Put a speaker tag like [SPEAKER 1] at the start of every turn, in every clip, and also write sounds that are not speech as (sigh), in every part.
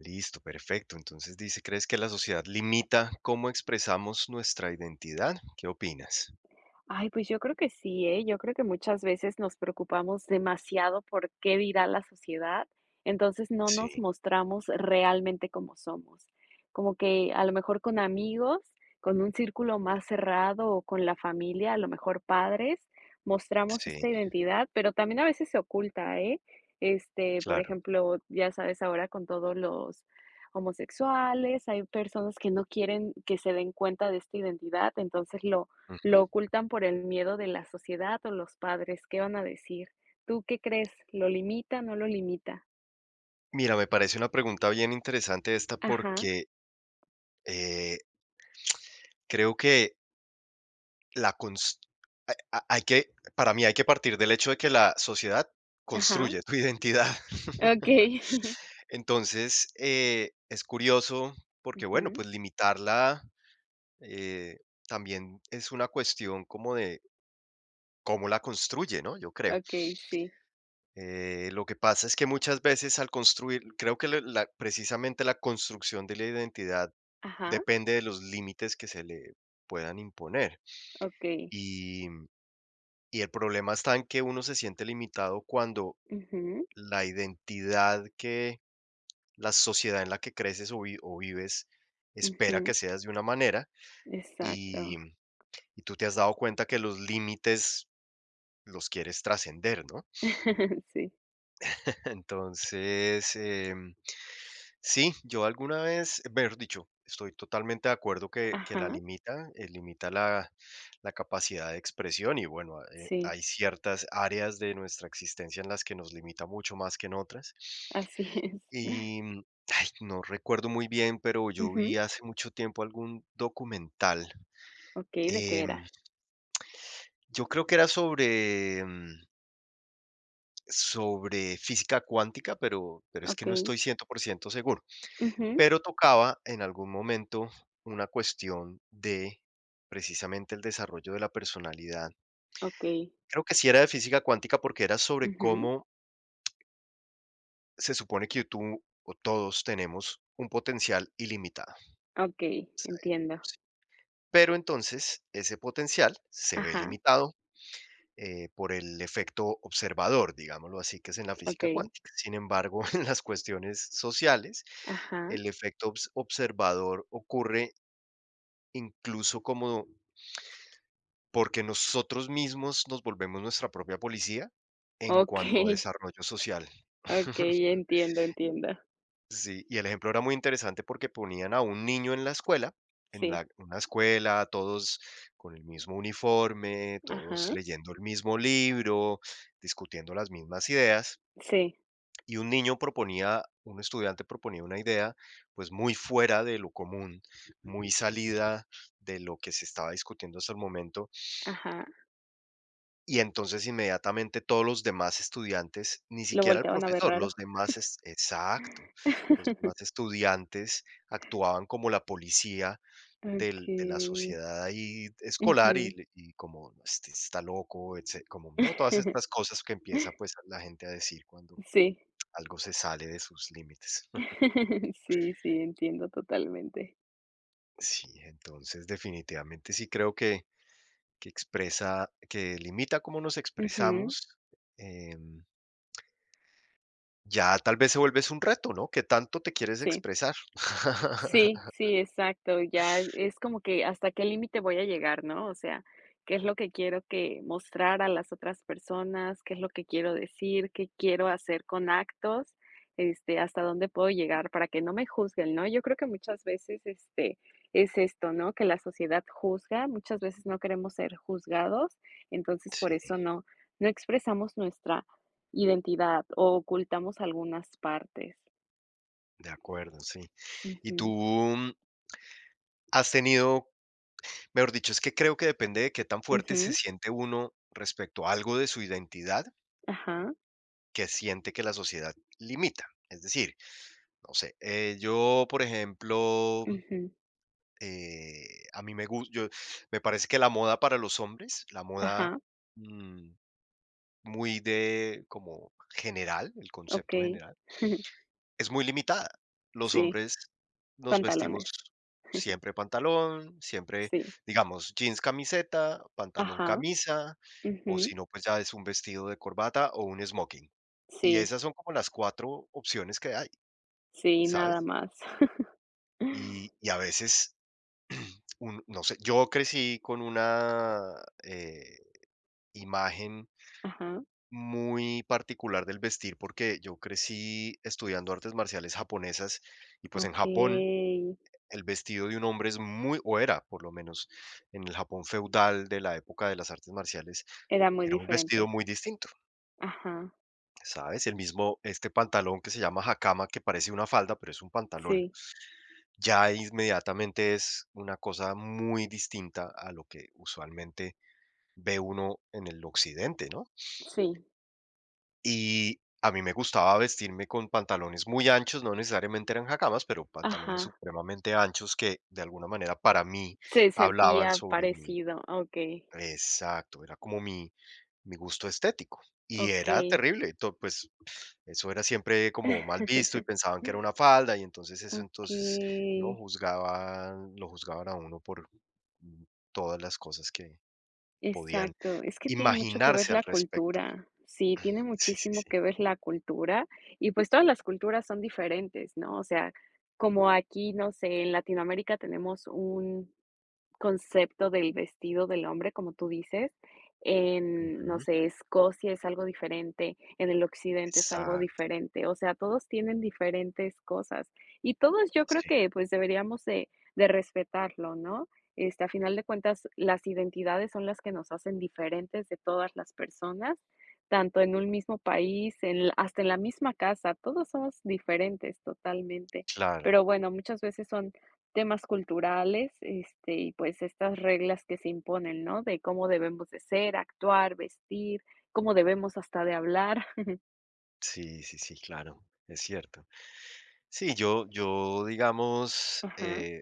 [SPEAKER 1] Listo, perfecto. Entonces dice, ¿crees que la sociedad limita cómo expresamos nuestra identidad? ¿Qué opinas?
[SPEAKER 2] Ay, pues yo creo que sí, ¿eh? Yo creo que muchas veces nos preocupamos demasiado por qué dirá la sociedad, entonces no
[SPEAKER 1] Sí,
[SPEAKER 2] nos mostramos realmente como somos. Como que a lo mejor con amigos, con un círculo más cerrado o con la familia, a lo mejor padres, mostramos
[SPEAKER 1] sí,
[SPEAKER 2] esta identidad, pero también a veces se oculta, ¿eh? Por
[SPEAKER 1] claro.
[SPEAKER 2] ejemplo, ya sabes ahora con todos los homosexuales, hay personas que no quieren que se den cuenta de esta identidad, entonces lo
[SPEAKER 1] Ujú.
[SPEAKER 2] lo ocultan por el miedo de la sociedad o los padres, ¿qué van a decir? ¿Tú qué crees? ¿Lo limita, no lo limita?
[SPEAKER 1] Mira, me parece una pregunta bien interesante esta
[SPEAKER 2] Ajá,
[SPEAKER 1] porque eh, creo que la cons- hay que, para mí hay que partir del hecho de que la sociedad
[SPEAKER 2] ajá,
[SPEAKER 1] construye tu identidad. (laughs)
[SPEAKER 2] okey. (laughs)
[SPEAKER 1] Entonces, es curioso porque, bueno,
[SPEAKER 2] Ujú,
[SPEAKER 1] pues limitarla eh, también es una cuestión como de cómo la construye, ¿no? Yo creo.
[SPEAKER 2] okey, sí.
[SPEAKER 1] Lo que pasa es que muchas veces al construir, creo que precisamente la construcción de la identidad
[SPEAKER 2] Ajá,
[SPEAKER 1] depende de los límites que se le puedan imponer.
[SPEAKER 2] okey.
[SPEAKER 1] Y, y el problema está en que uno se siente limitado cuando
[SPEAKER 2] Ujú,
[SPEAKER 1] la identidad que la sociedad en la que creces o vives espera que
[SPEAKER 2] ujú,
[SPEAKER 1] seas de una manera y,
[SPEAKER 2] exacto.
[SPEAKER 1] y tú te has dado cuenta que los límites los quieres trascender, ¿no?
[SPEAKER 2] (laughs) Sí,
[SPEAKER 1] Entonces, sí, yo alguna vez, mejor dicho, estoy totalmente de acuerdo que
[SPEAKER 2] ajá,
[SPEAKER 1] la limita, limita la capacidad de expresión y bueno,
[SPEAKER 2] sí,
[SPEAKER 1] hay ciertas áreas de nuestra existencia en las que nos limita mucho más que en otras.
[SPEAKER 2] así es.
[SPEAKER 1] Y ay, no recuerdo muy bien, pero yo
[SPEAKER 2] Ujú,
[SPEAKER 1] vi hace mucho tiempo algún documental.
[SPEAKER 2] okey, ¿de qué era?
[SPEAKER 1] em, yo creo que era sobre, sobre física cuántica, pero, es que no
[SPEAKER 2] Okey,
[SPEAKER 1] estoy 100% seguro.
[SPEAKER 2] ujú,
[SPEAKER 1] Pero tocaba en algún momento una cuestión de precisamente el desarrollo de la personalidad.
[SPEAKER 2] okey,
[SPEAKER 1] Creo que sí era de física cuántica porque era sobre
[SPEAKER 2] ujú,
[SPEAKER 1] cómo se supone que tú o todos tenemos un potencial ilimitado.
[SPEAKER 2] okey, entiendo.
[SPEAKER 1] Pero entonces ese potencial se ve
[SPEAKER 2] Ajá,
[SPEAKER 1] limitado por el efecto observador, digámoslo así, que es en la física
[SPEAKER 2] okey,
[SPEAKER 1] cuántica. Sin embargo, (laughs) en las cuestiones sociales,
[SPEAKER 2] ajá,
[SPEAKER 1] el observador ocurre incluso como. Porque nosotros mismos nos volvemos nuestra propia policía en cuanto a
[SPEAKER 2] okey.
[SPEAKER 1] desarrollo social.
[SPEAKER 2] Okey,
[SPEAKER 1] (laughs)
[SPEAKER 2] entiendo, entiendo.
[SPEAKER 1] Sí, y el ejemplo era muy interesante porque ponían a un niño en la escuela, en
[SPEAKER 2] Sí,
[SPEAKER 1] la una escuela, todos con el mismo uniforme, todos
[SPEAKER 2] ajá,
[SPEAKER 1] leyendo el mismo libro, discutiendo las mismas ideas,
[SPEAKER 2] sí,
[SPEAKER 1] y un niño proponía, un estudiante proponía una idea, pues, muy fuera de lo común, muy salida de lo que se estaba discutiendo hasta el momento.
[SPEAKER 2] ajá.
[SPEAKER 1] Y entonces inmediatamente todos los demás estudiantes, ni
[SPEAKER 2] Lo
[SPEAKER 1] siquiera el
[SPEAKER 2] volteaban a ver
[SPEAKER 1] profesor,
[SPEAKER 2] raro.
[SPEAKER 1] los demás es exacto, los demás
[SPEAKER 2] (laughs)
[SPEAKER 1] estudiantes actuaban como la policía del de la
[SPEAKER 2] Okey,
[SPEAKER 1] sociedad ahí escolar y
[SPEAKER 2] ujú.
[SPEAKER 1] le y como este está loco, etce como, ¿no? Todas
[SPEAKER 2] (laughs)
[SPEAKER 1] estas cosas que empieza, pues, la gente a decir cuando
[SPEAKER 2] Sí.
[SPEAKER 1] algo se sale de sus límites. (laughs)
[SPEAKER 2] (laughs) Sí, sí, entiendo totalmente.
[SPEAKER 1] Sí, entonces definitivamente sí creo que expresa que limita cómo nos
[SPEAKER 2] Ujú,
[SPEAKER 1] expresamos. Em Ya tal vez se vuelve es un reto, ¿no? ¿Qué tanto te quieres
[SPEAKER 2] sí.
[SPEAKER 1] expresar?
[SPEAKER 2] Sí,
[SPEAKER 1] (laughs)
[SPEAKER 2] sí, exacto. Ya es como que hasta qué límite voy a llegar, ¿no? O sea, qué es lo que quiero que mostrar a las otras personas, qué es lo que quiero decir, qué quiero hacer con actos, hasta dónde puedo llegar para que no me juzguen, ¿no? Yo creo que muchas veces, es esto, ¿no? Que la sociedad juzga, muchas veces no queremos ser juzgados, entonces por eso
[SPEAKER 1] Sí,
[SPEAKER 2] no, no expresamos nuestra identidad o ocultamos algunas partes.
[SPEAKER 1] de acuerdo, sí. Y tú
[SPEAKER 2] Ujú,
[SPEAKER 1] has tenido, mejor dicho, es que creo que depende de qué tan fuerte se
[SPEAKER 2] ujú,
[SPEAKER 1] siente uno respecto a algo de su identidad
[SPEAKER 2] ajá.
[SPEAKER 1] que siente que la sociedad limita. Es decir, no sé, yo, por ejemplo,
[SPEAKER 2] Ujú.
[SPEAKER 1] eh, a mí me gusta. Yo me parece que la moda para los hombres, la moda,
[SPEAKER 2] Ajá,
[SPEAKER 1] mm, muy de como general, el concepto
[SPEAKER 2] okey.
[SPEAKER 1] general,
[SPEAKER 2] (laughs)
[SPEAKER 1] es muy limitada. Los
[SPEAKER 2] Sí,
[SPEAKER 1] hombres nos vestimos
[SPEAKER 2] pantalones.
[SPEAKER 1] siempre pantalón, siempre,
[SPEAKER 2] Sí.
[SPEAKER 1] digamos, jeans, camiseta, pantalón,
[SPEAKER 2] Ajá.
[SPEAKER 1] camisa, o
[SPEAKER 2] Ujú.
[SPEAKER 1] si no, pues ya es un vestido de corbata o un smoking. Y
[SPEAKER 2] Sí,
[SPEAKER 1] esas son como las 4 opciones que hay,
[SPEAKER 2] sí, nada
[SPEAKER 1] ¿sabes?
[SPEAKER 2] más. (laughs)
[SPEAKER 1] Y a veces, un no sé, yo crecí con una, eh, imagen
[SPEAKER 2] Ajá,
[SPEAKER 1] muy particular del vestir, porque yo crecí estudiando artes marciales japonesas y, pues, en Japón.
[SPEAKER 2] okey.
[SPEAKER 1] El vestido de un hombre es muy, o era, por lo menos en el Japón feudal de la época de las artes marciales,
[SPEAKER 2] Era muy
[SPEAKER 1] era un vestido
[SPEAKER 2] diferente.
[SPEAKER 1] muy distinto,
[SPEAKER 2] Ajá.
[SPEAKER 1] ¿sabes? El mismo, este pantalón que se llama hakama, que parece una falda, pero es un pantalón.
[SPEAKER 2] Sí,
[SPEAKER 1] Ya inmediatamente es una cosa muy distinta a lo que usualmente ve uno en el occidente, ¿no?
[SPEAKER 2] sí.
[SPEAKER 1] Y a mí me gustaba vestirme con pantalones muy anchos, no necesariamente eran hakamas, pero pantalones
[SPEAKER 2] Ajá.
[SPEAKER 1] supremamente anchos que de alguna manera para mí
[SPEAKER 2] Se
[SPEAKER 1] hablaban
[SPEAKER 2] sentía
[SPEAKER 1] sobre mi.
[SPEAKER 2] parecido. Okey,
[SPEAKER 1] Exacto, era como mi gusto estético. Y era
[SPEAKER 2] okey.
[SPEAKER 1] terrible, pues eso era siempre como mal visto y pensaban que era una falda y entonces eso entonces, ¿no?
[SPEAKER 2] Okey. (laughs)
[SPEAKER 1] Juzgaban, lo juzgaban a uno por mm, todas las cosas que podían
[SPEAKER 2] Exacto, es que tiene mucho que ver
[SPEAKER 1] imaginarse al
[SPEAKER 2] la
[SPEAKER 1] respecto.
[SPEAKER 2] cultura. Sí, tiene
[SPEAKER 1] Sí, sí,
[SPEAKER 2] muchísimo que
[SPEAKER 1] sí.
[SPEAKER 2] ver la cultura y pues todas las culturas son diferentes, ¿no? O sea, como aquí, no sé, en Latinoamérica tenemos un concepto del vestido del hombre, como tú dices. No
[SPEAKER 1] Ujú.
[SPEAKER 2] sé, Escocia es algo diferente, en el occidente es algo
[SPEAKER 1] Exacto,
[SPEAKER 2] diferente, o sea, todos tienen diferentes cosas y todos yo creo
[SPEAKER 1] sí,
[SPEAKER 2] que pues deberíamos de respetarlo, ¿no? A final de cuentas, las identidades son las que nos hacen diferentes de todas las personas, tanto en un mismo país, hasta en la misma casa, todos somos diferentes totalmente,
[SPEAKER 1] claro,
[SPEAKER 2] pero bueno, muchas veces son temas culturales, y pues estas reglas que se imponen, ¿no? De cómo debemos de ser, actuar, vestir, cómo debemos hasta de hablar. (laughs)
[SPEAKER 1] sí, sí, sí, claro, es cierto. Sí, yo digamos,
[SPEAKER 2] Ajá,
[SPEAKER 1] eh,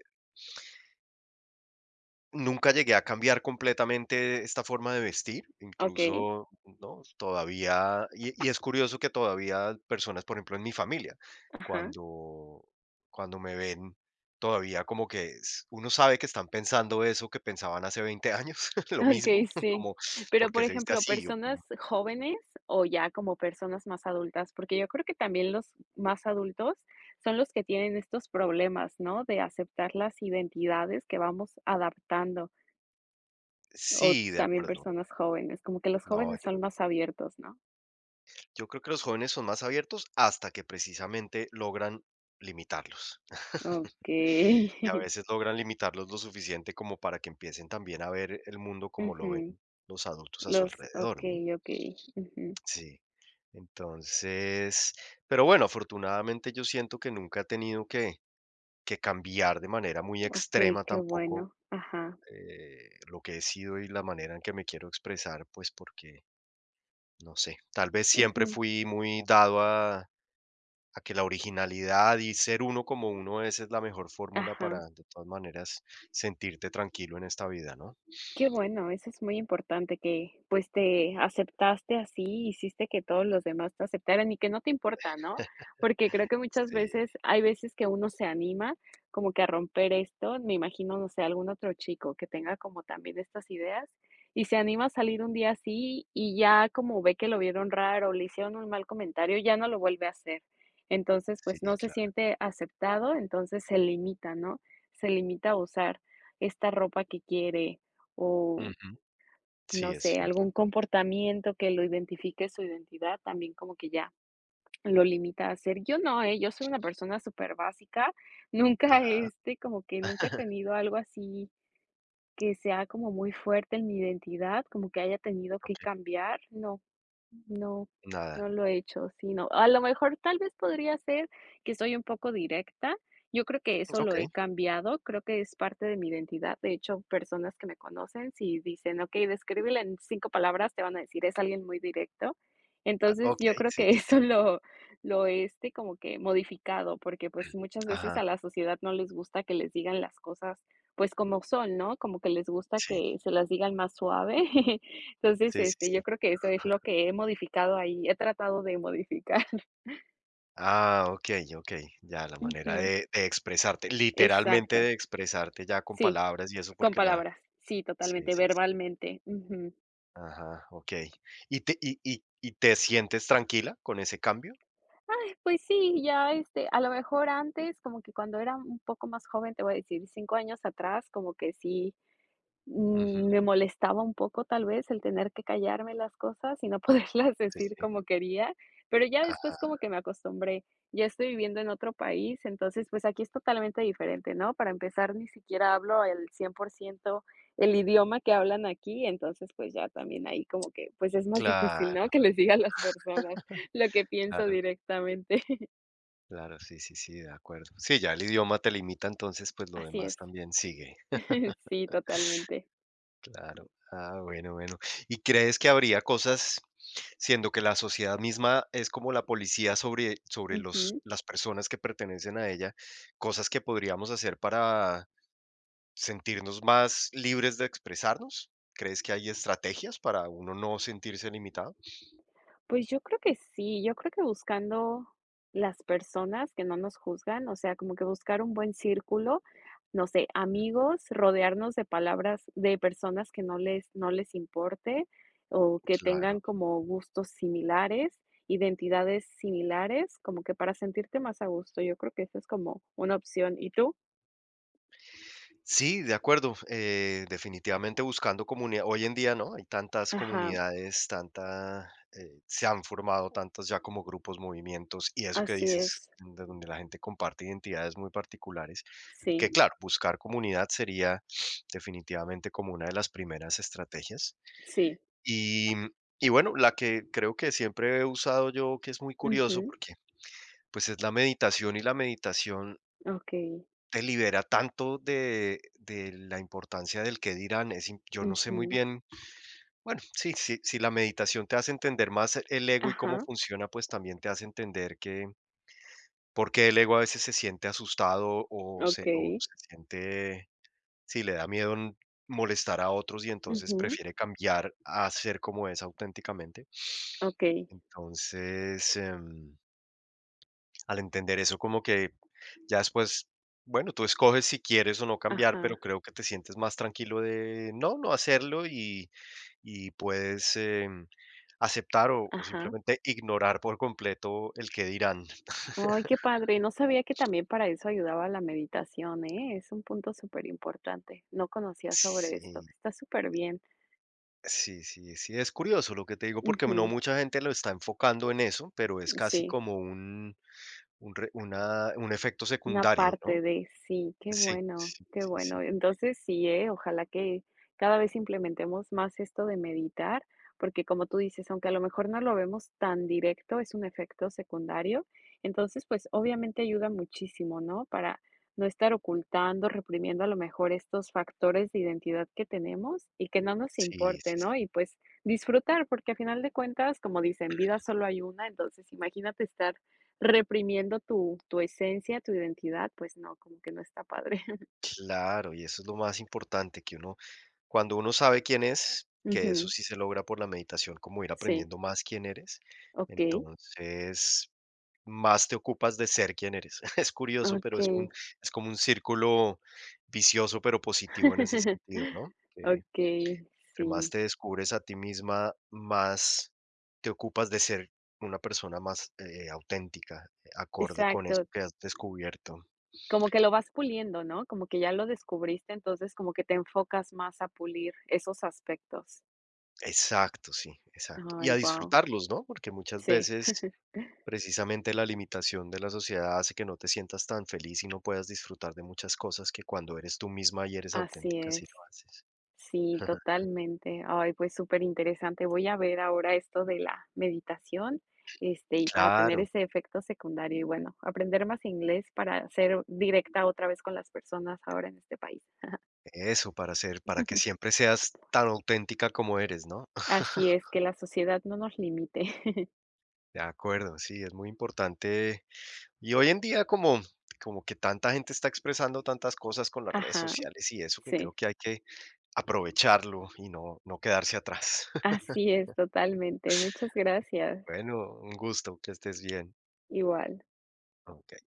[SPEAKER 1] Nunca llegué a cambiar completamente esta forma de vestir,
[SPEAKER 2] okey,
[SPEAKER 1] incluso, ¿no? Todavía, y es curioso que todavía personas, por ejemplo, en mi familia,
[SPEAKER 2] ajá,
[SPEAKER 1] cuando cuando me ven, todavía como que s uno sabe que están pensando eso que pensaban hace 20 años, (laughs) lo mismo,
[SPEAKER 2] okey,
[SPEAKER 1] (laughs)
[SPEAKER 2] sí.
[SPEAKER 1] como,
[SPEAKER 2] Pero,
[SPEAKER 1] ¿por
[SPEAKER 2] por
[SPEAKER 1] qué se viste
[SPEAKER 2] ejemplo,
[SPEAKER 1] así? O
[SPEAKER 2] personas
[SPEAKER 1] como
[SPEAKER 2] jóvenes o ya como personas más adultas, porque yo creo que también los más adultos son los que tienen estos problemas, ¿no? De aceptar las identidades que vamos adaptando, o
[SPEAKER 1] sí, de
[SPEAKER 2] también
[SPEAKER 1] acuerdo.
[SPEAKER 2] personas jóvenes, como que los
[SPEAKER 1] No,
[SPEAKER 2] jóvenes son más abiertos, ¿no?
[SPEAKER 1] yo creo que los jóvenes son más abiertos hasta que precisamente logran limitarlos.
[SPEAKER 2] Okey.
[SPEAKER 1] Y a
[SPEAKER 2] (laughs)
[SPEAKER 1] veces logran limitarlos lo suficiente como para que empiecen también a ver el mundo como lo ven
[SPEAKER 2] Ujú,
[SPEAKER 1] los adultos a su
[SPEAKER 2] los
[SPEAKER 1] alrededor, ¿no?
[SPEAKER 2] okey, okey, ujú,
[SPEAKER 1] Sí. Entonces, pero bueno, afortunadamente yo siento que nunca he tenido que, cambiar de manera muy
[SPEAKER 2] okey,
[SPEAKER 1] extrema
[SPEAKER 2] qué
[SPEAKER 1] tampoco
[SPEAKER 2] bueno, ajá,
[SPEAKER 1] lo que he sido y la manera en que me quiero expresar, pues porque, no sé, tal vez siempre
[SPEAKER 2] ujú,
[SPEAKER 1] fui muy dado a que la originalidad y ser uno como uno es la mejor fórmula para,
[SPEAKER 2] ajá.
[SPEAKER 1] de todas maneras, sentirte tranquilo en esta vida, ¿no?
[SPEAKER 2] Qué bueno, eso es muy importante que, pues, te aceptaste así, hiciste que todos los demás te aceptaran y que no te importa, ¿no? Porque creo que muchas
[SPEAKER 1] Sí,
[SPEAKER 2] veces hay veces que uno se anima como que a romper esto, me imagino, no sé, algún otro chico que tenga como también estas ideas y se anima a salir un día así y ya como ve que lo vieron raro, le hicieron un mal comentario, ya no lo vuelve a hacer. Entonces,
[SPEAKER 1] sí,
[SPEAKER 2] pues, no se
[SPEAKER 1] claro.
[SPEAKER 2] siente aceptado, entonces se limita, ¿no? Se limita a usar esta ropa que quiere o
[SPEAKER 1] Ujú. Sí,
[SPEAKER 2] no
[SPEAKER 1] es
[SPEAKER 2] sé,
[SPEAKER 1] cierto.
[SPEAKER 2] algún comportamiento que lo identifique su identidad, también como que ya lo limita a hacer. Yo no, ¿eh? Yo soy una persona súper básica (laughs) nunca,
[SPEAKER 1] Ajá.
[SPEAKER 2] como que nunca he
[SPEAKER 1] (laughs)
[SPEAKER 2] tenido algo así que sea como muy fuerte en mi identidad, como que haya tenido que
[SPEAKER 1] Okey.
[SPEAKER 2] cambiar, no. No,
[SPEAKER 1] Nada.
[SPEAKER 2] no lo he hecho, sí, no. A lo mejor tal vez podría ser que soy un poco directa. Yo creo que eso lo he
[SPEAKER 1] Okey.
[SPEAKER 2] cambiado, creo que es parte de mi identidad. De hecho, personas que me conocen, si dicen, ok, descríbela en cinco palabras, te van a decir, es alguien muy directo.
[SPEAKER 1] Ah,
[SPEAKER 2] Entonces, yo
[SPEAKER 1] okey.
[SPEAKER 2] creo
[SPEAKER 1] Sí,
[SPEAKER 2] que
[SPEAKER 1] sí, sí.
[SPEAKER 2] (laughs) eso lo he, como que modificado, porque pues muchas veces
[SPEAKER 1] Ajá.
[SPEAKER 2] a la sociedad no les gusta que les digan las cosas pues como son, ¿no? Como que les gusta
[SPEAKER 1] Sí.
[SPEAKER 2] que se las digan más suave. (laughs) Entonces,
[SPEAKER 1] Sí, sí, sí.
[SPEAKER 2] yo creo que eso es lo
[SPEAKER 1] (laughs)
[SPEAKER 2] que he modificado ahí, he tratado de modificar. (laughs)
[SPEAKER 1] Ah, okey, okey. Ya, la manera
[SPEAKER 2] Ujú,
[SPEAKER 1] de expresarte, literalmente
[SPEAKER 2] exacto.
[SPEAKER 1] de expresarte ya con
[SPEAKER 2] Sí,
[SPEAKER 1] palabras y eso,
[SPEAKER 2] con
[SPEAKER 1] porque la
[SPEAKER 2] palabras. Sí,
[SPEAKER 1] sí,
[SPEAKER 2] totalmente,
[SPEAKER 1] sí, sí.
[SPEAKER 2] verbalmente. Ujú.
[SPEAKER 1] Ajá, okey. Y te sientes tranquila con ese cambio?
[SPEAKER 2] Ay, pues sí, ya, a lo mejor antes, como que cuando era un poco más joven, te voy a decir, 5 años atrás, como que sí.
[SPEAKER 1] Ujú.
[SPEAKER 2] Me molestaba un poco, tal vez, el tener que callarme las cosas y no (laughs) poderlas
[SPEAKER 1] Sí,
[SPEAKER 2] decir
[SPEAKER 1] sí.
[SPEAKER 2] como quería, pero ya después
[SPEAKER 1] Ajá.
[SPEAKER 2] como que me acostumbré. Ya estoy viviendo en otro país, entonces, pues, aquí es totalmente diferente, ¿no? Para empezar, ni siquiera hablo el 100% el idioma que hablan aquí, entonces, pues, ya también ahí como que, pues, es más difícil, ¿no?
[SPEAKER 1] Claro,
[SPEAKER 2] Que les diga a las personas lo que pienso
[SPEAKER 1] claro.
[SPEAKER 2] directamente. (laughs)
[SPEAKER 1] Claro, sí, sí, sí, de acuerdo. Sí, ya el idioma te limita, entonces, pues lo
[SPEAKER 2] Así es.
[SPEAKER 1] demás también sigue.
[SPEAKER 2] (laughs) Sí, totalmente.
[SPEAKER 1] Claro. Ah, bueno, bueno. ¿Y crees que habría cosas, siendo que la sociedad misma es como la policía sobre, los,
[SPEAKER 2] Ujú.
[SPEAKER 1] las personas que pertenecen a ella, cosas que podríamos hacer para sentirnos más libres de expresarnos? ¿Crees que hay estrategias para uno no sentirse limitado?
[SPEAKER 2] Pues yo creo que sí, yo creo que buscando las personas que no nos juzgan, o sea, como que buscar un buen círculo, no sé,
[SPEAKER 1] Mm,
[SPEAKER 2] amigos, rodearnos de palabras de personas que no les importe o que tengan
[SPEAKER 1] claro.
[SPEAKER 2] como gustos similares, identidades similares, como que para sentirte más a gusto. Yo creo que esa es como una opción. ¿Y tú?
[SPEAKER 1] Sí, de acuerdo. Definitivamente buscando comunidad. Hoy en día, ¿no? Hay tantas
[SPEAKER 2] Ajá,
[SPEAKER 1] comunidades, tanta, se han formado tantos ya como grupos, movimientos, y eso que
[SPEAKER 2] así es.
[SPEAKER 1] dices, de donde la gente comparte identidades muy particulares, que
[SPEAKER 2] Sí,
[SPEAKER 1] claro, buscar comunidad sería definitivamente como una de las primeras estrategias.
[SPEAKER 2] sí.
[SPEAKER 1] Y, y bueno, la que creo que siempre he usado yo, que es muy curioso,
[SPEAKER 2] Ujú,
[SPEAKER 1] porque pues es la meditación y la meditación
[SPEAKER 2] okey.
[SPEAKER 1] te libera tanto de la importancia del qué dirán. Yo no sé muy
[SPEAKER 2] Ujú.
[SPEAKER 1] bien, bueno, sí, sí, si la meditación te hace entender más el ego y cómo
[SPEAKER 2] Ajá,
[SPEAKER 1] funciona, pues también te hace entender que por qué el ego a veces se siente asustado o se, o
[SPEAKER 2] okey.
[SPEAKER 1] se siente, sí, le da miedo molestar a otros y entonces
[SPEAKER 2] Ujú,
[SPEAKER 1] prefiere cambiar a ser como es auténticamente.
[SPEAKER 2] okey.
[SPEAKER 1] Entonces, al entender eso, como que ya después, bueno, tú escoges si quieres o no cambiar, pero
[SPEAKER 2] Ajá,
[SPEAKER 1] creo que te sientes más tranquilo de no, no hacerlo y puedes aceptar o
[SPEAKER 2] ajá.
[SPEAKER 1] simplemente ignorar por completo el que dirán.
[SPEAKER 2] Ay, qué padre. No sabía que también para eso ayudaba la meditación, ¿eh? Es un punto súper importante. No conocía sobre esto.
[SPEAKER 1] Sí,
[SPEAKER 2] Está súper bien.
[SPEAKER 1] sí, sí, sí, es curioso lo que te digo porque no
[SPEAKER 2] Ujú,
[SPEAKER 1] mucha gente lo está enfocando en eso, pero es casi
[SPEAKER 2] sí.
[SPEAKER 1] como un, un efecto
[SPEAKER 2] Una
[SPEAKER 1] secundario,
[SPEAKER 2] parte
[SPEAKER 1] ¿no?
[SPEAKER 2] de sí, qué
[SPEAKER 1] Sí,
[SPEAKER 2] bueno,
[SPEAKER 1] sí,
[SPEAKER 2] qué
[SPEAKER 1] sí, sí,
[SPEAKER 2] bueno. Entonces sí, ¿eh? Ojalá que cada vez implementemos más esto de meditar, porque como tú dices, aunque a lo mejor no lo vemos tan directo, es un efecto secundario. Entonces, pues obviamente ayuda muchísimo, ¿no? Para no estar ocultando, reprimiendo a lo mejor estos factores de identidad que tenemos y que no nos
[SPEAKER 1] sí,
[SPEAKER 2] importe,
[SPEAKER 1] sí,
[SPEAKER 2] ¿no?
[SPEAKER 1] sí.
[SPEAKER 2] Y pues disfrutar, porque a final de cuentas, como dicen, vida solo hay una, entonces imagínate estar reprimiendo tu esencia, tu identidad, pues no, como que no está padre. (laughs)
[SPEAKER 1] Claro, y eso es lo más importante que uno Cuando uno sabe quién es, que eso
[SPEAKER 2] Ujú.
[SPEAKER 1] sí se logra por la meditación, como ir
[SPEAKER 2] Sí,
[SPEAKER 1] aprendiendo más quién eres,
[SPEAKER 2] okey,
[SPEAKER 1] entonces más te ocupas de ser quién eres. (laughs) Es curioso, pero es un
[SPEAKER 2] okey.
[SPEAKER 1] es como un círculo vicioso, pero positivo en ese sentido, ¿no? Que
[SPEAKER 2] Okey, (laughs)
[SPEAKER 1] entre
[SPEAKER 2] sí,
[SPEAKER 1] más te descubres a ti misma, más te ocupas de ser una persona más, auténtica, acorde con eso
[SPEAKER 2] exacto.
[SPEAKER 1] que has descubierto.
[SPEAKER 2] Como que lo vas puliendo, ¿no? Como que ya lo descubriste, entonces como que te enfocas más a pulir esos aspectos.
[SPEAKER 1] Exacto, sí, exacto. Y
[SPEAKER 2] Ay,
[SPEAKER 1] a
[SPEAKER 2] guau.
[SPEAKER 1] disfrutarlos, ¿no? Porque muchas
[SPEAKER 2] Sí,
[SPEAKER 1] veces precisamente la limitación de la sociedad hace que no te sientas tan feliz y no puedas disfrutar de muchas cosas que cuando eres tú misma y eres
[SPEAKER 2] así
[SPEAKER 1] auténtica
[SPEAKER 2] es.
[SPEAKER 1] si lo haces.
[SPEAKER 2] Sí,
[SPEAKER 1] (laughs)
[SPEAKER 2] totalmente. Ay, pues súper interesante. Voy a ver ahora esto de la meditación, y para tener
[SPEAKER 1] Claro,
[SPEAKER 2] ese efecto secundario y bueno, aprender más inglés para ser directa otra vez con las personas ahora en este país.
[SPEAKER 1] eso para ser, para que
[SPEAKER 2] (laughs)
[SPEAKER 1] siempre seas tan auténtica como eres, ¿no? (laughs)
[SPEAKER 2] Así es, que la sociedad no nos limite. (laughs)
[SPEAKER 1] De acuerdo, sí, es muy importante. Y hoy en día como que tanta gente está expresando tantas cosas con las redes
[SPEAKER 2] Ajá,
[SPEAKER 1] sociales y eso que
[SPEAKER 2] sí,
[SPEAKER 1] creo que hay que aprovecharlo y no quedarse atrás. (laughs)
[SPEAKER 2] así es, totalmente. Muchas gracias.
[SPEAKER 1] Bueno, un gusto, que estés bien.
[SPEAKER 2] Igual.
[SPEAKER 1] Ok.